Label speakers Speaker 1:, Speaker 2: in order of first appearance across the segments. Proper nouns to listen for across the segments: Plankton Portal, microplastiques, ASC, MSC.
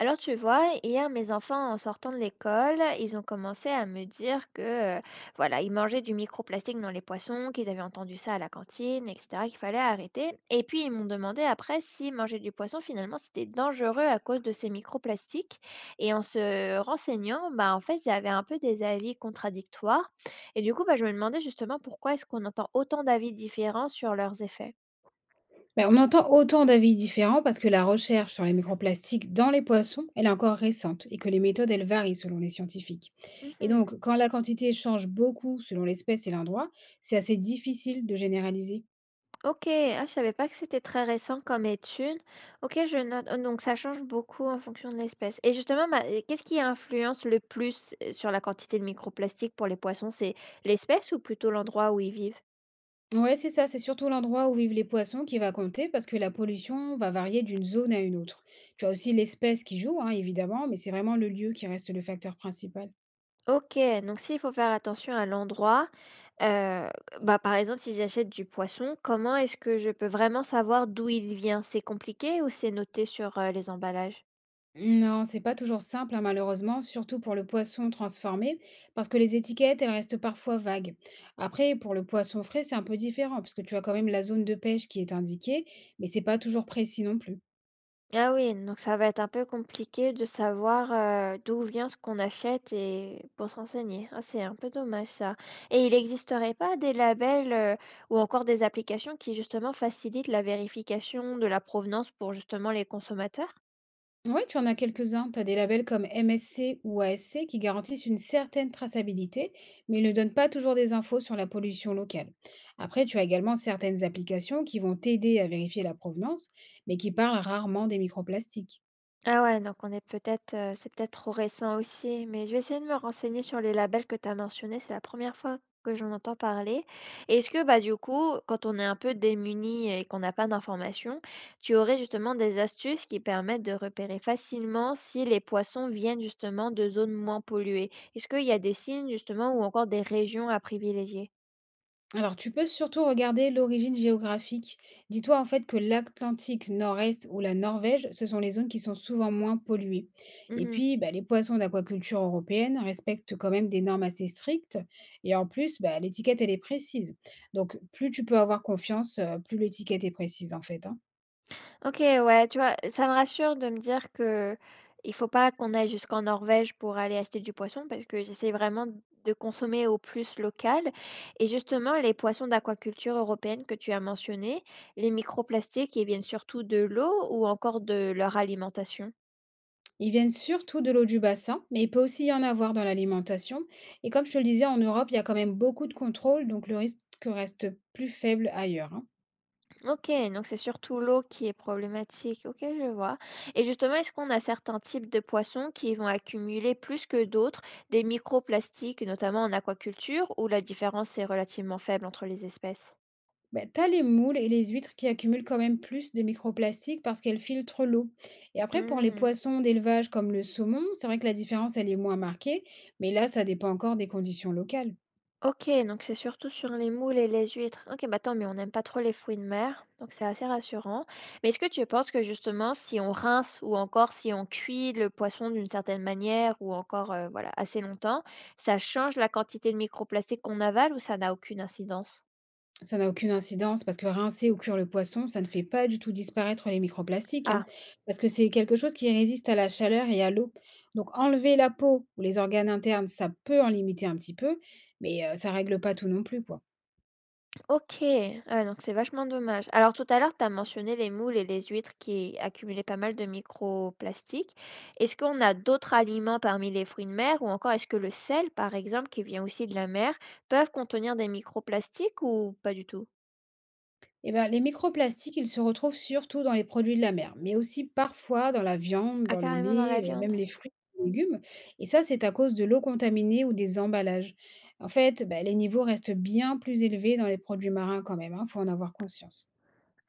Speaker 1: Alors tu vois, hier mes enfants en sortant de l'école, ils ont commencé à me dire que voilà, ils mangeaient du microplastique dans les poissons, qu'ils avaient entendu ça à la cantine, etc., qu'il fallait arrêter. Et puis ils m'ont demandé après si manger du poisson finalement c'était dangereux à cause de ces microplastiques. Et en se renseignant, bah en fait, j'avais un peu des avis contradictoires. Et du coup, bah, je me demandais justement pourquoi est-ce qu'on entend autant d'avis différents sur leurs effets.
Speaker 2: Ben, on entend autant d'avis différents parce que la recherche sur les microplastiques dans les poissons, elle est encore récente et que les méthodes, elles varient selon les scientifiques. Et donc, quand la quantité change beaucoup selon l'espèce et l'endroit, c'est assez difficile de généraliser.
Speaker 1: OK, ah, je savais pas que c'était très récent comme étude. OK, je note. Oh, donc ça change beaucoup en fonction de l'espèce. Et justement, bah, et qu'est-ce qui influence le plus sur la quantité de microplastiques pour les poissons? C'est l'espèce ou plutôt l'endroit où ils vivent?
Speaker 2: Ouais, c'est ça, c'est surtout l'endroit où vivent les poissons qui va compter parce que la pollution va varier d'une zone à une autre. Tu as aussi l'espèce qui joue, hein, évidemment, mais c'est vraiment le lieu qui reste le facteur principal.
Speaker 1: OK, donc s'il faut faire attention à l'endroit, euh, bah, par exemple, si j'achète du poisson, comment est-ce que je peux vraiment savoir d'où il vient? C'est compliqué ou c'est noté sur les emballages?
Speaker 2: Non, c'est pas toujours simple, hein, malheureusement, surtout pour le poisson transformé, parce que les étiquettes, elles restent parfois vagues. Après, pour le poisson frais, c'est un peu différent, parce que tu as quand même la zone de pêche qui est indiquée, mais c'est pas toujours précis non plus.
Speaker 1: Ah oui, donc ça va être un peu compliqué de savoir, d'où vient ce qu'on achète et pour s'enseigner. Ah, c'est un peu dommage ça et il existerait pas des labels, ou encore des applications qui justement facilitent la vérification de la provenance pour justement les consommateurs?
Speaker 2: Ouais, tu en as quelques-uns. Tu as des labels comme MSC ou ASC qui garantissent une certaine traçabilité, mais ils ne donnent pas toujours des infos sur la pollution locale. Après, tu as également certaines applications qui vont t'aider à vérifier la provenance, mais qui parlent rarement des microplastiques.
Speaker 1: Ah ouais, donc on est peut-être, c'est peut-être trop récent aussi, mais je vais essayer de me renseigner sur les labels que tu as mentionnés, c'est la première fois que j'en entends parler. Et est-ce que, bah, du coup, quand on est un peu démuni et qu'on n'a pas d'informations, tu aurais justement des astuces qui permettent de repérer facilement si les poissons viennent justement de zones moins polluées? Est-ce qu'il y a des signes justement ou encore des régions à privilégier?
Speaker 2: Alors, tu peux surtout regarder l'origine géographique. Dis-toi en fait que l'Atlantique Nord-Est ou la Norvège, ce sont les zones qui sont souvent moins polluées. Et
Speaker 1: Mmh.
Speaker 2: puis, bah, les poissons d'aquaculture européenne respectent quand même des normes assez strictes. Et en plus, bah, l'étiquette, elle est précise. Donc, plus tu peux avoir confiance, plus l'étiquette est précise en fait, hein.
Speaker 1: OK, ouais, tu vois, ça me rassure de me dire que il faut pas qu'on aille jusqu'en Norvège pour aller acheter du poisson parce que j'essaie vraiment de consommer au plus local. Et justement, les poissons d'aquaculture européenne que tu as mentionnés, les microplastiques, ils viennent surtout de l'eau ou encore de leur alimentation?
Speaker 2: Ils viennent surtout de l'eau du bassin, mais il peut aussi y en avoir dans l'alimentation. Et comme je te le disais, en Europe, il y a quand même beaucoup de contrôles, donc le risque reste plus faible ailleurs, hein.
Speaker 1: OK, donc c'est surtout l'eau qui est problématique. OK, je vois. Et justement, est-ce qu'on a certains types de poissons qui vont accumuler plus que d'autres des microplastiques, notamment en aquaculture, où la différence est relativement faible entre les espèces?
Speaker 2: Bah, tu les moules et les huîtres qui accumulent quand même plus de microplastiques parce qu'elles filtrent l'eau. Et après, pour les
Speaker 1: Hmm.
Speaker 2: poissons d'élevage comme le saumon, c'est vrai que la différence, elle est moins marquée, mais là, ça dépend encore des conditions locales.
Speaker 1: OK, donc c'est surtout sur les moules et les huîtres. OK, bah tant mieux, on n'aime pas trop les fruits de mer, donc c'est assez rassurant. Mais est-ce que tu penses que justement, si on rince ou encore si on cuit le poisson d'une certaine manière ou encore voilà, assez longtemps, ça change la quantité de microplastiques qu'on avale ou ça n'a aucune incidence?
Speaker 2: Ça n'a aucune incidence parce que rincer ou cuire le poisson, ça ne fait pas du tout disparaître les microplastiques, hein,
Speaker 1: Ah.
Speaker 2: parce que c'est quelque chose qui résiste à la chaleur et à l'eau. Donc enlever la peau ou les organes internes, ça peut en limiter un petit peu, mais ça règle pas tout non plus, quoi.
Speaker 1: OK, ah donc c'est vachement dommage. Alors tout à l'heure, tu as mentionné les moules et les huîtres qui accumulaient pas mal de microplastiques. Est-ce qu'on a d'autres aliments parmi les fruits de mer ou encore est-ce que le sel, par exemple, qui vient aussi de la mer, peuvent contenir des microplastiques ou pas du tout?
Speaker 2: Eh ben, les microplastiques, ils se retrouvent surtout dans les produits de la mer, mais aussi parfois dans la viande,
Speaker 1: Ah,
Speaker 2: dans le
Speaker 1: carrément dans
Speaker 2: lait,
Speaker 1: la viande.
Speaker 2: même les fruits et légumes. Et ça, c'est à cause de l'eau contaminée ou des emballages. En fait, ben, les niveaux restent bien plus élevés dans les produits marins quand même, il faut en avoir conscience.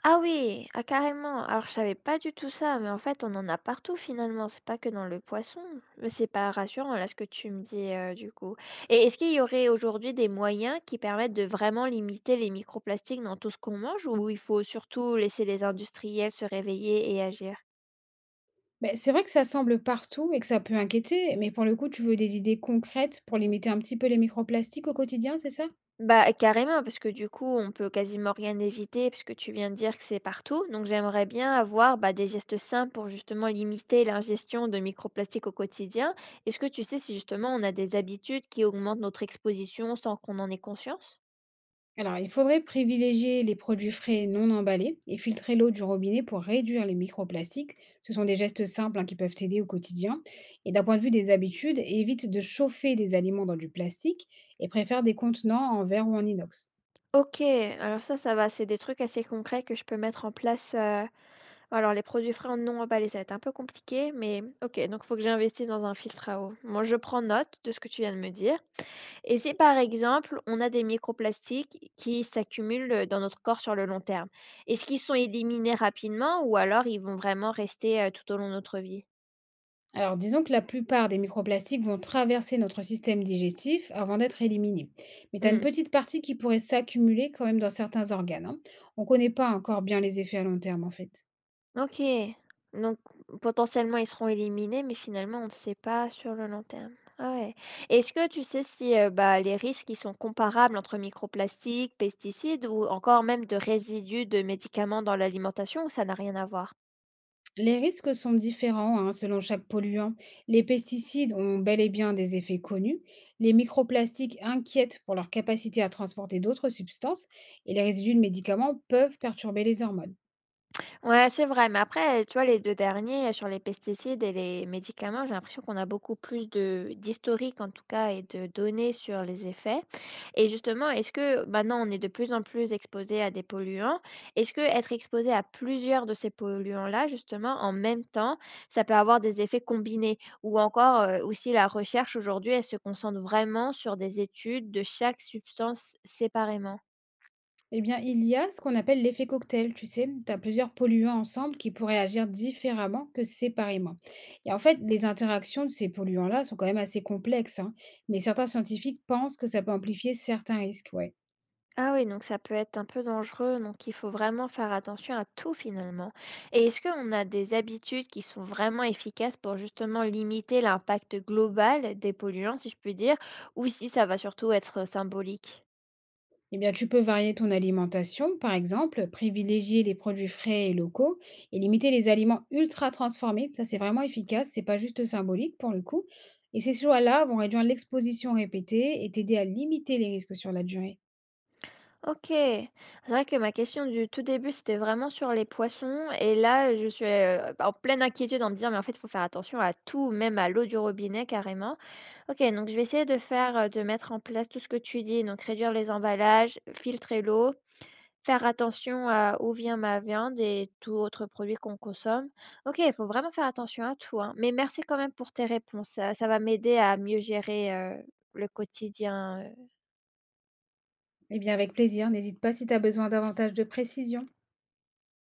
Speaker 1: Ah oui! Ah carrément! Alors je savais pas du tout ça, mais en fait on en a partout finalement, c'est pas que dans le poisson. Mais c'est pas rassurant là ce que tu me dis, du coup. Et est-ce qu'il y aurait aujourd'hui des moyens qui permettent de vraiment limiter les microplastiques dans tout ce qu'on mange ou il faut surtout laisser les industriels se réveiller et agir?
Speaker 2: Ben, c'est vrai que ça semble partout et que ça peut inquiéter, mais pour le coup, tu veux des idées concrètes pour limiter un petit peu les microplastiques au quotidien, c'est ça?
Speaker 1: Bah, carrément, parce que du coup, on peut quasiment rien éviter, puisque tu viens de dire que c'est partout. Donc, j'aimerais bien avoir bah, des gestes simples pour justement limiter l'ingestion de microplastiques au quotidien. Est-ce que tu sais si justement on a des habitudes qui augmentent notre exposition sans qu'on en ait conscience?
Speaker 2: Alors, il faudrait privilégier les produits frais et non emballés et filtrer l'eau du robinet pour réduire les microplastiques. Ce sont des gestes simples, hein, qui peuvent t'aider au quotidien. Et d'un point de vue des habitudes, évite de chauffer des aliments dans du plastique et préfère des contenants en verre ou en inox.
Speaker 1: Ok, alors ça va, c'est des trucs assez concrets que je peux mettre en place. Alors, les produits frais non emballés, ça va être un peu compliqué, mais ok, donc il faut que j'investisse dans un filtre à eau. Moi, je prends note de ce que tu viens de me dire. Et si par exemple, on a des microplastiques qui s'accumulent, dans notre corps sur le long terme, est-ce qu'ils sont éliminés rapidement ou alors ils vont vraiment rester, tout au long de notre vie?
Speaker 2: Alors, disons que la plupart des microplastiques vont traverser notre système digestif avant d'être éliminés. Mais tu as une
Speaker 1: Mmh.
Speaker 2: petite partie qui pourrait s'accumuler quand même dans certains organes, hein. On ne connaît pas encore bien les effets à long terme, en fait.
Speaker 1: OK, donc potentiellement ils seront éliminés, mais finalement on ne sait pas sur le long terme. Ah ouais. Est-ce que tu sais si, bah, les risques ils sont comparables entre microplastiques, pesticides ou encore même de résidus de médicaments dans l'alimentation ou ça n'a rien à voir?
Speaker 2: Les risques sont différents, hein, selon chaque polluant. Les pesticides ont bel et bien des effets connus. Les microplastiques inquiètent pour leur capacité à transporter d'autres substances et les résidus de médicaments peuvent perturber les hormones.
Speaker 1: Ouais, c'est vrai, mais après, tu vois, les 2 derniers, sur les pesticides et les médicaments, j'ai l'impression qu'on a beaucoup plus de d'historique, en tout cas, et de données sur les effets. Et justement, est-ce que maintenant, on est de plus en plus exposé à des polluants? Est-ce que être exposé à plusieurs de ces polluants-là, justement, en même temps, ça peut avoir des effets combinés? Ou encore, ou si la recherche aujourd'hui, elle se concentre vraiment sur des études de chaque substance séparément?
Speaker 2: Eh bien, il y a ce qu'on appelle l'effet cocktail, tu sais. Tu as plusieurs polluants ensemble qui pourraient agir différemment que séparément. Et en fait, les interactions de ces polluants-là sont quand même assez complexes, hein, mais certains scientifiques pensent que ça peut amplifier certains risques, ouais.
Speaker 1: Ah oui, donc ça peut être un peu dangereux, donc il faut vraiment faire attention à tout finalement. Et est-ce qu'on a des habitudes qui sont vraiment efficaces pour justement limiter l'impact global des polluants, si je puis dire, ou si ça va surtout être symbolique?
Speaker 2: Eh bien, tu peux varier ton alimentation, par exemple, privilégier les produits frais et locaux et limiter les aliments ultra transformés. Ça, c'est vraiment efficace, c'est pas juste symbolique pour le coup. Et ces choix-là vont réduire l'exposition répétée et t'aider à limiter les risques sur la durée.
Speaker 1: Ok, c'est vrai que ma question du tout début, c'était vraiment sur les poissons. Et là, je suis en pleine inquiétude en me disant, mais en fait, il faut faire attention à tout, même à l'eau du robinet carrément. Ok, donc je vais essayer de faire, de mettre en place tout ce que tu dis, donc réduire les emballages, filtrer l'eau, faire attention à où vient ma viande et tout autre produit qu'on consomme. OK, il faut vraiment faire attention à tout, hein, mais merci quand même pour tes réponses. Ça ça va m'aider à mieux gérer le quotidien,
Speaker 2: Eh bien, avec plaisir, n'hésite pas si tu as besoin davantage de précision.